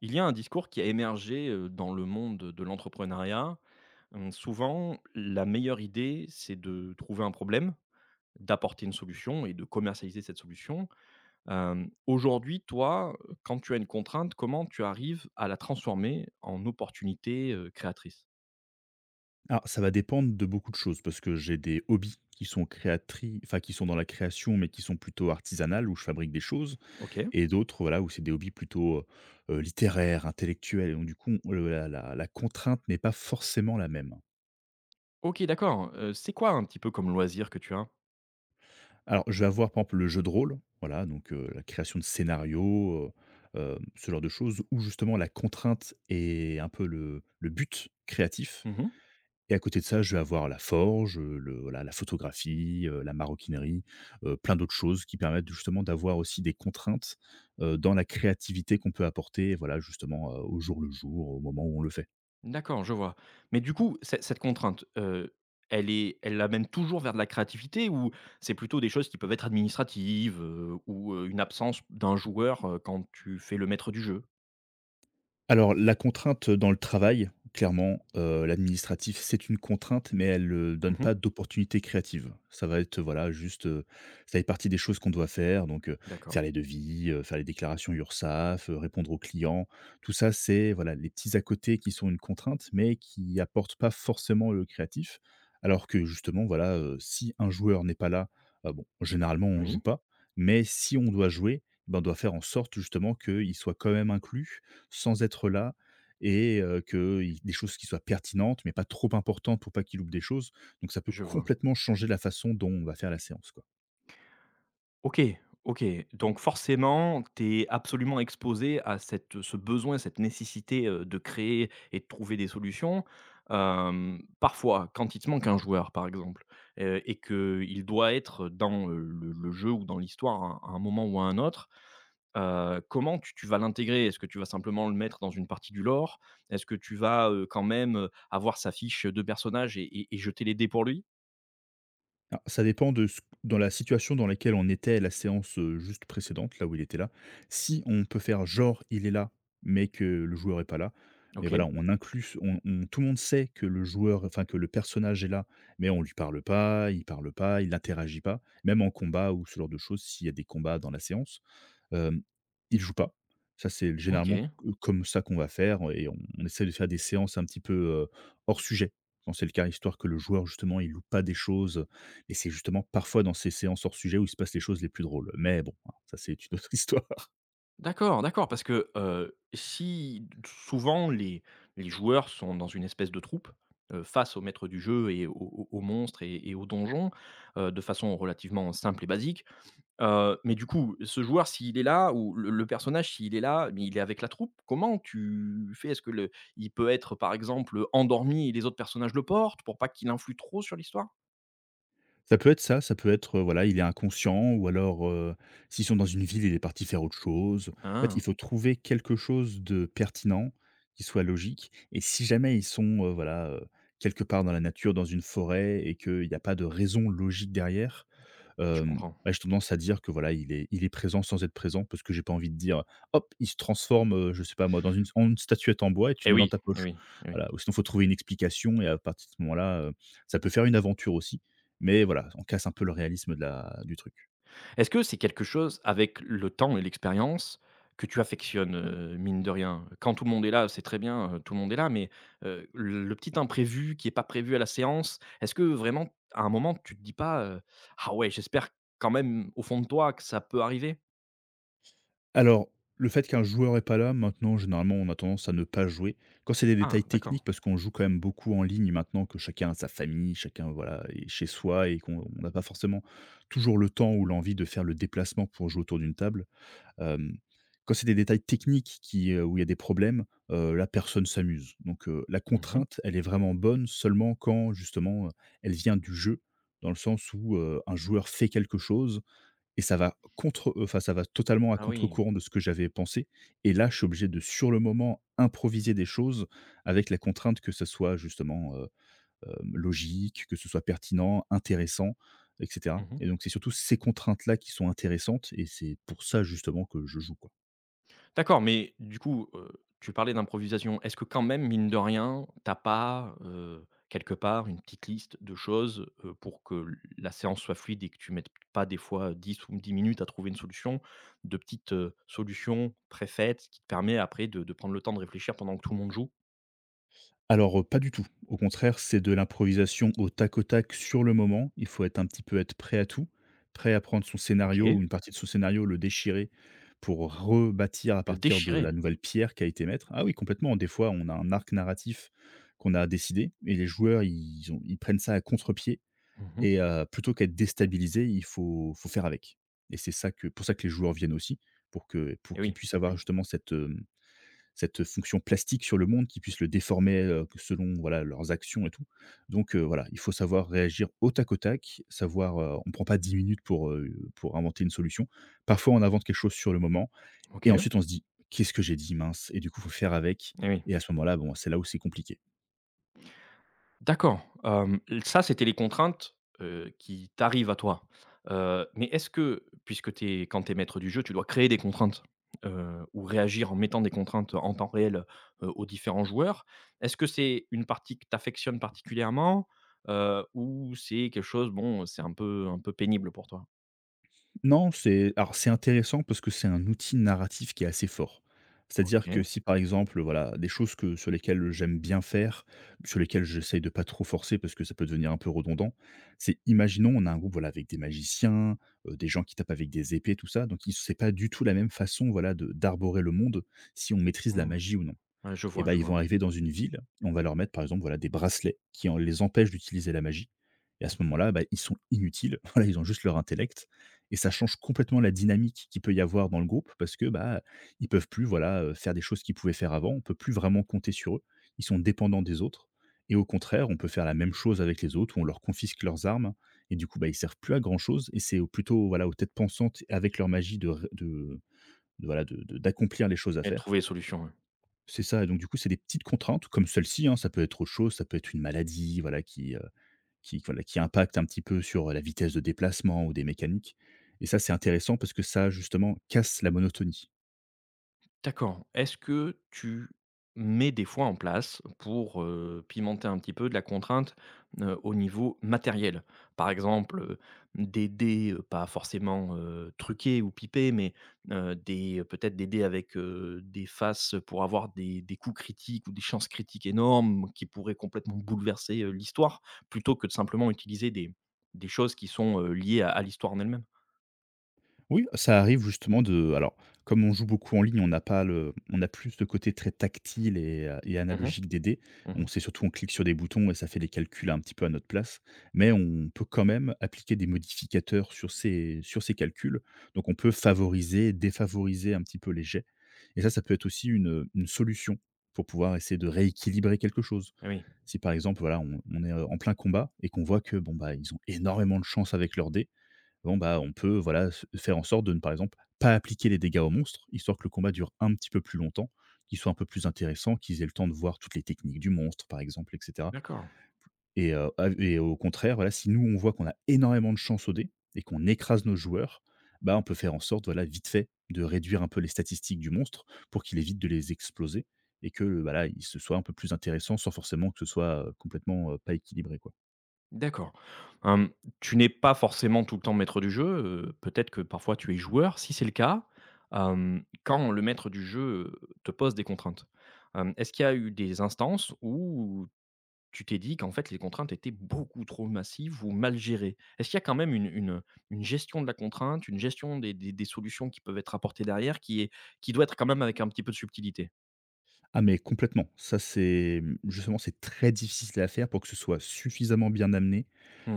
Il y a un discours qui a émergé, dans le monde de l'entrepreneuriat. Souvent, la meilleure idée, c'est de trouver un problème, d'apporter une solution et de commercialiser cette solution. Aujourd'hui, toi, quand tu as une contrainte, comment tu arrives à la transformer en opportunité, créatrice? Alors, ça va dépendre de beaucoup de choses parce que j'ai des hobbies qui sont créatrices, enfin qui sont dans la création, mais qui sont plutôt artisanales, où je fabrique des choses, OK. et d'autres, voilà, où c'est des hobbies plutôt, littéraires, intellectuels, et donc du coup, on- le la la la contrainte n'est pas forcément la même. OK, d'accord, c'est quoi un petit peu comme loisir que tu as? Alors, je vais avoir, par exemple, le jeu de rôle, voilà, donc la création de scénarios, ce genre de choses où justement la contrainte est un peu le but créatif. Mmh. Et à côté de ça, je vais avoir la forge, le voilà, la photographie, la maroquinerie, plein d'autres choses qui permettent justement d'avoir aussi des contraintes, dans la créativité qu'on peut apporter, voilà, justement, au jour le jour, au moment où on le fait. D'accord, je vois. Mais du coup, cette contrainte, elle est elle l'amène toujours vers de la créativité ou c'est plutôt des choses qui peuvent être administratives, ou, une absence d'un joueur, quand tu fais le maître du jeu? Alors, la contrainte dans le travail, clairement, l'administratif, c'est une contrainte, mais elle, donne Mmh. pas d'opportunités créatives. Ça va être, voilà, juste, ça fait partie des choses qu'on doit faire, donc D'accord. faire les devis, faire les déclarations URSSAF, répondre aux clients. Tout ça, c'est, voilà, les petits à côté qui sont une contrainte, mais qui apportent pas forcément le créatif. Alors que justement, voilà, si un joueur n'est pas là, bon, généralement, on joue Oui, pas, mais si on doit jouer, ben, on doit faire en sorte justement qu'il soit quand même inclus sans être là et que qu'il des choses qui soient pertinentes, mais pas trop importantes pour pas qu'il loupe des choses. Donc ça peut je vois. complètement changer la façon dont on va faire la séance, quoi. OK, OK. Donc forcément, tu es absolument exposé à cette ce besoin, cette nécessité, de créer et de trouver des solutions. Parfois, quand il te manque un joueur, par exemple, et qu'il doit être dans, le jeu ou dans l'histoire à un moment ou à un autre, comment tu vas l'intégrer? Est-ce que tu vas simplement le mettre dans une partie du lore? Est-ce que tu vas, quand même, avoir sa fiche de personnage et et jeter les dés pour lui? Alors ça dépend de ce dans la situation dans laquelle on était à la séance, juste précédente, là où il était là. Si on peut faire genre il est là, mais que le joueur est pas là, mais OK, voilà, on inclut on tout le monde sait que le joueur enfin que le personnage est là, mais on lui parle pas, il n'interagit pas, même en combat ou ce genre de choses, s'il y a des combats dans la séance. Hem, il joue pas. Ça, c'est généralement OK. c comme ça qu'on va faire et on essaie de faire des séances un petit peu, heu, hors sujet, quand c'est le cas, histoire que le joueur justement, il loupe pas des choses, et c'est justement parfois dans ces séances hors sujet où il se passe les choses les plus drôles. Mais bon, hein, ça c'est une autre histoire. D'accord, d'accord, parce que, si souvent les joueurs sont dans une espèce de troupe, face au maître du jeu et aux aux monstres et aux donjons, de façon relativement simple et basique, mais du coup, ce joueur s'il est là ou le personnage s'il est là, mais il est avec la troupe, comment tu fais? Est-ce que le il peut être, par exemple, endormi et les autres personnages le portent pour pas qu'il influe trop sur l'histoire? Ça peut être ça, ça peut être, voilà, il est inconscient ou alors, s'ils sont dans une ville, il est parti faire autre chose. En fait, il Ah, faut trouver quelque chose de pertinent, qui soit logique et si jamais ils sont, quelque part dans la nature, dans une forêt et qu'il n'y a pas de raison logique derrière. je comprends. Bah, j'ai tendance à dire que, voilà, il est présent sans être présent parce que j'ai pas envie de dire: «Hop, il se transforme, je sais pas moi, dans une en une statuette en bois et tu Eh le mets dans oui, ta eh poche». oui, eh oui. Voilà, ou sinon faut trouver une explication et à partir de ce moment-là, ça peut faire une aventure aussi, mais voilà, on casse un peu le réalisme de la du truc. Est-ce que c'est quelque chose avec le temps et l'expérience que tu affectionnes, mine de rien? Quand tout le monde est là, c'est très bien, tout le monde est là, mais, le petit imprévu qui n'est pas prévu à la séance, est-ce que vraiment à un moment tu te dis pas, «Ah ouais, j'espère quand même au fond de toi que ça peut arriver»? Alors, le fait qu'un joueur est pas là, maintenant, généralement, on a tendance à ne pas jouer. Quand c'est des Ah détails d'accord. techniques, parce qu'on joue quand même beaucoup en ligne maintenant, que chacun a sa famille, chacun, voilà, est chez soi et qu'on on n'a pas forcément toujours le temps ou l'envie de faire le déplacement pour jouer autour d'une table. Hem, Quand c'est des détails techniques qui, où il y a des problèmes, là personne s'amuse. Donc, la Mmh. contrainte, elle est vraiment bonne seulement quand justement, elle vient du jeu, dans le sens où, un joueur fait quelque chose et ça va contre enfin ça va totalement à Ah oui. contre-courant de ce que j'avais pensé et là, je suis obligé de sur le moment improviser des choses avec la contrainte que ce soit justement, logique, que ce soit pertinent, intéressant et cetera Mmh. et donc c'est surtout ces contraintes-là qui sont intéressantes et c'est pour ça justement que je joue, quoi. D'accord, mais du coup, tu parlais d'improvisation. Est-ce que quand même, mine de rien, t'as pas, quelque part, une petite liste de choses, pour que l la séance soit fluide et que tu mettes pas des fois 10 minutes à trouver une solution, de petites, solutions préfaites qui te permet après de prendre le temps de réfléchir pendant que tout le monde joue? Alors, pas du tout. Au contraire, c'est de l'improvisation au tac sur le moment. Il faut être un petit peu être prêt à tout, prêt à prendre son scénario OK, ou une partie de son scénario, le déchirer pour rebâtir à de partir de la déchirer. nouvelle pierre qu'a été mettre. Ah oui, complètement, des fois, on a un arc narratif qu'on a décidé et les joueurs, ils prennent ça à contre-pied. Mmh. Et plutôt qu'être déstabilisé, il faut faire avec. Et c'est ça que pour ça que les joueurs viennent aussi, pour Et qu'ils oui, puissent avoir oui, justement cette, cette fonction plastique sur le monde, qu'ils puissent le déformer, selon, voilà, leurs actions et tout. Donc voilà, il faut savoir réagir au tac, savoir, on prend pas 10 minutes pour inventer une solution. Parfois, on invente quelque chose sur le moment et OK, et ensuite on se dit: «Qu'est-ce que j'ai dit mince?» et du coup, faut faire avec oui. et à ce moment-là, bon, c'est là où c'est compliqué. D'accord, ça, c'était les contraintes, qui t'arrivent à toi. Mais est-ce que puisque t'es quand tu es maître du jeu, tu dois créer des contraintes, ou réagir en mettant des contraintes en temps réel, aux différents joueurs. Est-ce que c'est une partie que tu particulièrement, ou c'est quelque chose, bon, c'est un peu pénible pour toi? Non, c'est alors c'est intéressant parce que c'est un outil narratif qui est assez fort. C'est-à-dire que OK. si par exemple, voilà, des choses que sur lesquelles j'aime bien faire, sur lesquelles j'essaye de pas trop forcer parce que ça peut devenir un peu redondant, c'est imaginons on a un groupe voilà avec des magiciens, des gens qui tapent avec des épées tout ça, donc ils c'est pas du tout la même façon voilà de d'arborer le monde si on maîtrise la Mmh. magie ou non. Ouais, Et ben je ils vois vont arriver dans une ville et on va leur mettre par exemple, voilà, des bracelets qui en les empêchent d'utiliser la magie et à ce moment-là, bah, ils sont inutiles. Voilà, ils ont juste leur intellect et ça change complètement la dynamique qu'il peut y avoir dans le groupe parce que, bah, ils peuvent plus, voilà, faire des choses qu'ils pouvaient faire avant. On peut plus vraiment compter sur eux. Ils sont dépendants des autres et au contraire, on peut faire la même chose avec les autres où on leur confisque leurs armes et du coup, bah, ils servent plus à grand-chose et c'est au plutôt, voilà, aux têtes pensantes avec leur magie de voilà, de d'accomplir les choses à et faire. trouver les solutions, ouais. C'est ça et donc du coup, c'est des petites contraintes comme celle-ci, hein, ça peut être autre chose, ça peut être une maladie, voilà, qui, voilà, qui impacte un petit peu sur, la vitesse de déplacement ou des mécaniques et ça, c'est intéressant parce que ça, justement, casse la monotonie. D'accord. Est-ce que tu mets des fois en place pour, pimenter un petit peu de la contrainte, au niveau matériel? Par exemple, des dés, pas forcément, truqués ou pipés, mais, des peut-être des dés avec, des faces pour avoir des coups critiques ou des chances critiques énormes qui pourraient complètement bouleverser, l'histoire, plutôt que de simplement utiliser des choses qui sont, liées à l'histoire en elle-même? Oui, ça arrive justement de alors, comme on joue beaucoup en ligne, on n'a pas le on a plus ce côté très tactile et Mmh mh. analogique des dés. On Mmh sait surtout on clique sur des boutons et ça fait les calculs un petit peu à notre place, mais on peut quand même appliquer des modificateurs sur ces calculs. Donc on peut favoriser, défavoriser un petit peu les jets et ça peut être aussi une solution pour pouvoir essayer de rééquilibrer quelque chose. oui, Si par exemple, voilà, on est, en plein combat et qu'on voit que bon, bah, ils ont énormément de chance avec leurs dés. Bon, bah, on peut, voilà, se faire en sorte de ne, par exemple, pas appliquer les dégâts au monstre histoire que le combat dure un petit peu plus longtemps, qu'il soit un peu plus intéressant, qu'ils aient le temps de voir toutes les techniques du monstre, par exemple, et cetera d'accord. et av et au contraire, voilà, si nous, on voit qu'on a énormément de chance au dé et qu'on écrase nos joueurs, bah, on peut faire en sorte, voilà, vite fait, de réduire un peu les statistiques du monstre pour qu'il évite de les exploser et que, voilà il se soit un peu plus intéressant sans forcément que ce soit, complètement, pas équilibré, quoi. D'accord. Hem, Tu n'es pas forcément tout le temps maître du jeu, peut-être que parfois tu es joueur. Si c'est le cas, quand le maître du jeu te pose des contraintes, est-ce qu'il y a eu des instances où tu t'es dit qu'en fait les contraintes étaient beaucoup trop massives ou mal gérées? Est-ce qu'il y a quand même une gestion de la contrainte, une gestion des solutions qui peuvent être apportées derrière qui doit être quand même avec un petit peu de subtilité? Ah mais complètement, ça c'est justement, c'est très difficile à faire pour que ce soit suffisamment bien amené,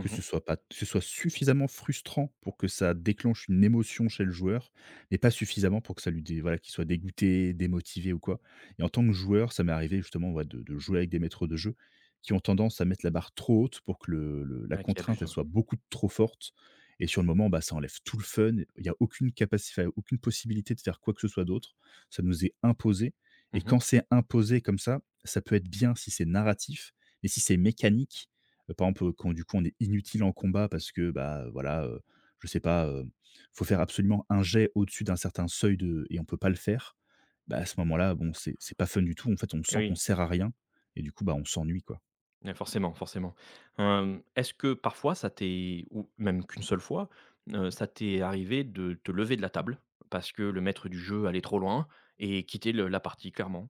que ce soit pas que ce soit suffisamment frustrant pour que ça déclenche une émotion chez le joueur, mais pas suffisamment pour que ça lui dé voilà, qu'il soit dégoûté, démotivé ou quoi. Et en tant que joueur, ça m'est arrivé justement, ouais, de jouer avec des maîtres de jeu qui ont tendance à mettre la barre trop haute pour que le la Ouais, qui contrainte, abuse, elle ouais. soit beaucoup trop forte et sur le moment, bah, ça enlève tout le fun. Il y a aucune capacité, enfin, aucune possibilité de faire quoi que ce soit d'autre. Ça nous est imposé et Mmh. quand c'est imposé comme ça peut être bien si c'est narratif, mais si c'est mécanique, par exemple, quand du coup on est inutile en combat parce que, bah, voilà, je sais pas, faut faire absolument un jet au-dessus d'un certain seuil de et on peut pas le faire, bah, à ce moment-là, bon, c'est pas fun du tout. En fait, on Eh sent qu'on oui. sert à rien et du coup, bah, on s'ennuie, quoi. Ouais, forcément, forcément. Est-ce que parfois ça t'est ou même qu'une seule fois, ça t'est arrivé de te lever de la table parce que le maître du jeu allait trop loin et quitter le la partie clairement?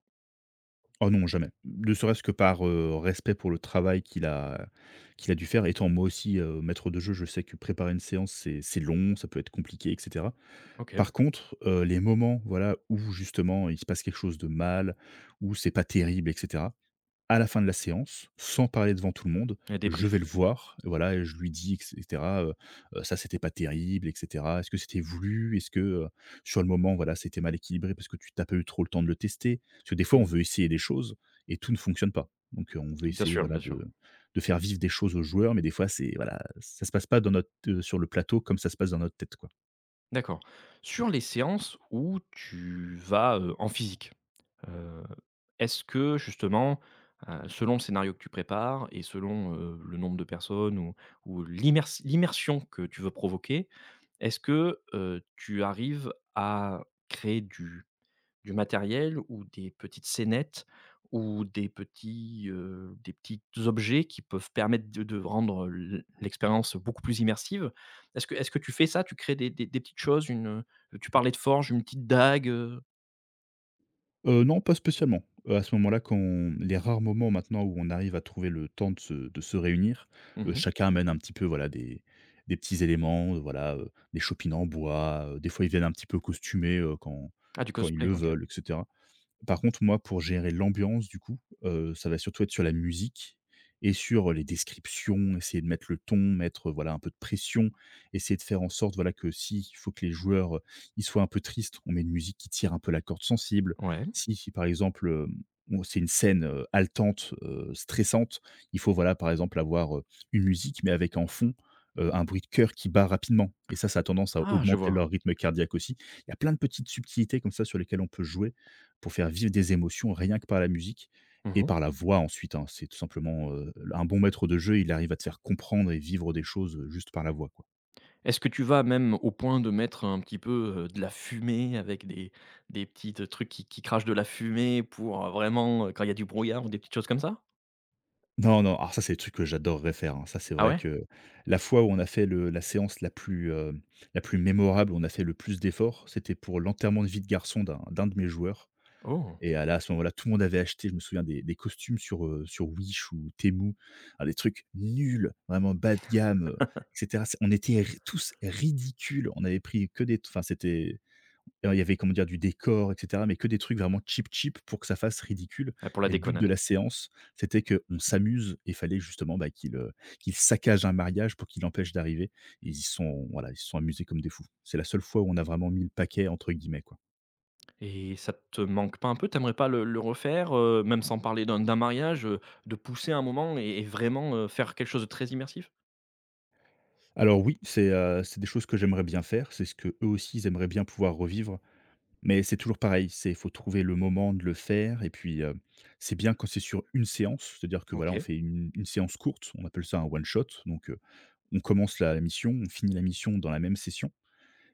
Oh non, jamais. Ne serait-ce que par, respect pour le travail qu'il a dû faire. Étant moi aussi, maître de jeu, je sais que préparer une séance, c'est long, ça peut être compliqué et cetera. OK, Par contre, les moments, voilà, où justement il se passe quelque chose de mal, où c'est pas terrible et cetera, à la fin de la séance, sans parler devant tout le monde, et je vais débrief. le voir, et voilà et je lui dis et cetera, ça c'était pas terrible et cetera. Est-ce que c'était voulu? Est-ce que, sur le moment, voilà, c'était mal équilibré parce que tu pas eu trop le temps de le tester?» Parce que des fois, on Mmh. veut essayer des choses et tout ne fonctionne pas. Donc, on veut Bien essayer, sûr, voilà, bien sûr. de faire vivre des choses aux joueurs, mais des fois, c'est voilà, ça se passe pas dans notre, sur le plateau comme ça se passe dans notre tête, quoi. D'accord. Sur les séances où tu vas, en physique. Heu, Est-ce que justement, selon le scénario que tu prépares et selon, le nombre de personnes ou l'immersion que tu veux provoquer, est-ce que, tu arrives à créer du matériel ou des petites scénettes ou des petits objets qui peuvent permettre de rendre l'expérience beaucoup plus immersive? Est-ce que tu fais ça? Tu crées des petites choses, une, tu parlais de forge, une petite dague, Non, pas spécialement. À ce moment-là, quand on les rares moments maintenant où on arrive à trouver le temps de se réunir, Mmh. chacun amène un petit peu, voilà, des petits éléments, voilà, des chopines en bois, des fois ils viennent un petit peu costumés, quand Ah, du quand ils cosplay, le OK. veulent etc. Par contre, moi, pour gérer l'ambiance, du coup, ça va surtout être sur la musique et sur les descriptions, essayer de mettre le ton, mettre, voilà, un peu de pression, essayer de faire en sorte, voilà, que si il faut que les joueurs, ils soient un peu tristes, on met une musique qui tire un peu la corde sensible. Ouais. Si si, par exemple, on c'est une scène, haletante, stressante, il faut, voilà, par exemple, avoir, une musique, mais avec en fond, un bruit de cœur qui bat rapidement et ça a tendance à Ah, je augmenter vois. leur rythme cardiaque aussi. Il y a plein de petites subtilités comme ça sur lesquelles on peut jouer pour faire vivre des émotions rien que par la musique et Mmh. par la voix ensuite, hein. C'est tout simplement, un bon maître de jeu, il arrive à te faire comprendre et vivre des choses, juste par la voix, quoi. Est-ce que tu vas même au point de mettre un petit peu, de la fumée avec des petits trucs qui crachent de la fumée pour, vraiment, quand il y a du brouillard ou des petites choses comme ça? Non, non, alors ça, c'est le truc que j'adorerais faire, hein. Ça, c'est Ah vrai ouais? que la fois où on a fait le la séance la plus, la plus mémorable, on a fait le plus d'efforts, c'était pour l'enterrement de vie de garçon d'un de mes joueurs. Oh! Et à là, à ce moment-là, tout le monde avait acheté, je me souviens, des costumes sur, sur Wish ou Temu. Alors des trucs nuls, vraiment bas de gamme, et cetera. C'est on était ri tous ridicules. On avait pris que des enfin, c'était alors il y avait, comment dire, du décor, et cetera, mais que des trucs vraiment cheap, cheap pour que ça fasse ridicule. Ah, pour la Et le but de déconnade. la séance, c'était qu'on Mmh. s'amuse et fallait justement, bah, qu'ils saccagent un mariage pour qu'ils l'empêchent d'arriver. Et ils y sont voilà, ils se sont amusés comme des fous. C'est la seule fois où on a vraiment «mis le paquet» entre guillemets, quoi. Et ça te manque pas un peu? Tu aimerais pas le refaire, même sans parler d'un mariage, de pousser un moment et vraiment, faire quelque chose de très immersif? Alors oui, c'est des choses que j'aimerais bien faire, c'est ce que eux aussi ils aimeraient bien pouvoir revivre, mais c'est toujours pareil, c'est faut trouver le moment de le faire et puis, c'est bien quand c'est sur une séance, c'est-à-dire que voilà, on OK. fait une séance courte, on appelle ça un one shot donc, on commence la mission, on finit la mission dans la même session.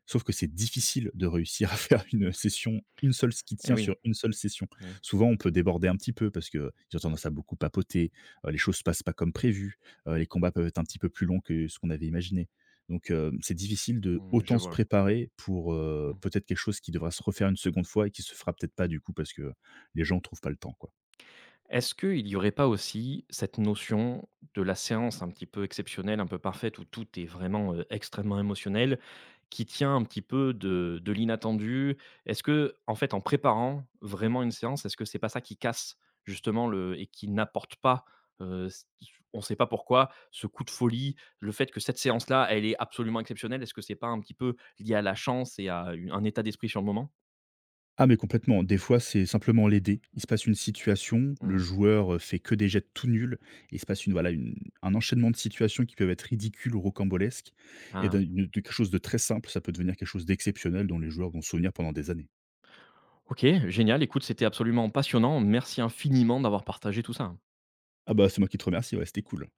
Sauf que c'est difficile de réussir à faire une seule ce qui Eh tient oui, sur une seule session. oui. Souvent, on peut déborder un petit peu parce qu'ils ont tendance à beaucoup papoter, les choses se passent pas comme prévu, les combats peuvent être un petit peu plus longs que ce qu'on avait imaginé. Donc, c'est difficile de Mmh, je autant se vois. préparer pour, Mmh. peut-être quelque chose qui devra se refaire une seconde fois et qui se fera peut-être pas du coup parce que les gens trouvent pas le temps, quoi. Est-ce qu'il n'y aurait pas aussi cette notion de la séance un petit peu exceptionnelle, un peu parfaite, où tout est vraiment, extrêmement émotionnel, qui tient un petit peu de l'inattendu? Est-ce que en fait, en préparant vraiment une séance, est-ce que c'est pas ça qui casse justement le et qui n'apporte pas, s on ne sait pas pourquoi, ce coup de folie, le fait que cette séance-là, elle est absolument exceptionnelle? Est-ce que c'est pas un petit peu lié à la chance et à une un état d'esprit sur le moment? Ah mais complètement, des fois c'est simplement l'aider. Il se passe une situation, le Mmh. joueur, fait que des jets tout nuls et il se passe une un enchaînement de situations qui peuvent être ridicules ou rocambolesques et Ah d'un de quelque chose de très simple, ça peut devenir quelque chose d'exceptionnel dont les joueurs vont se souvenir pendant des années. OK, génial. Écoute, c'était absolument passionnant. Merci infiniment d'avoir partagé tout ça. Ah bah, c'est moi qui te remercie, ouais, c'était cool.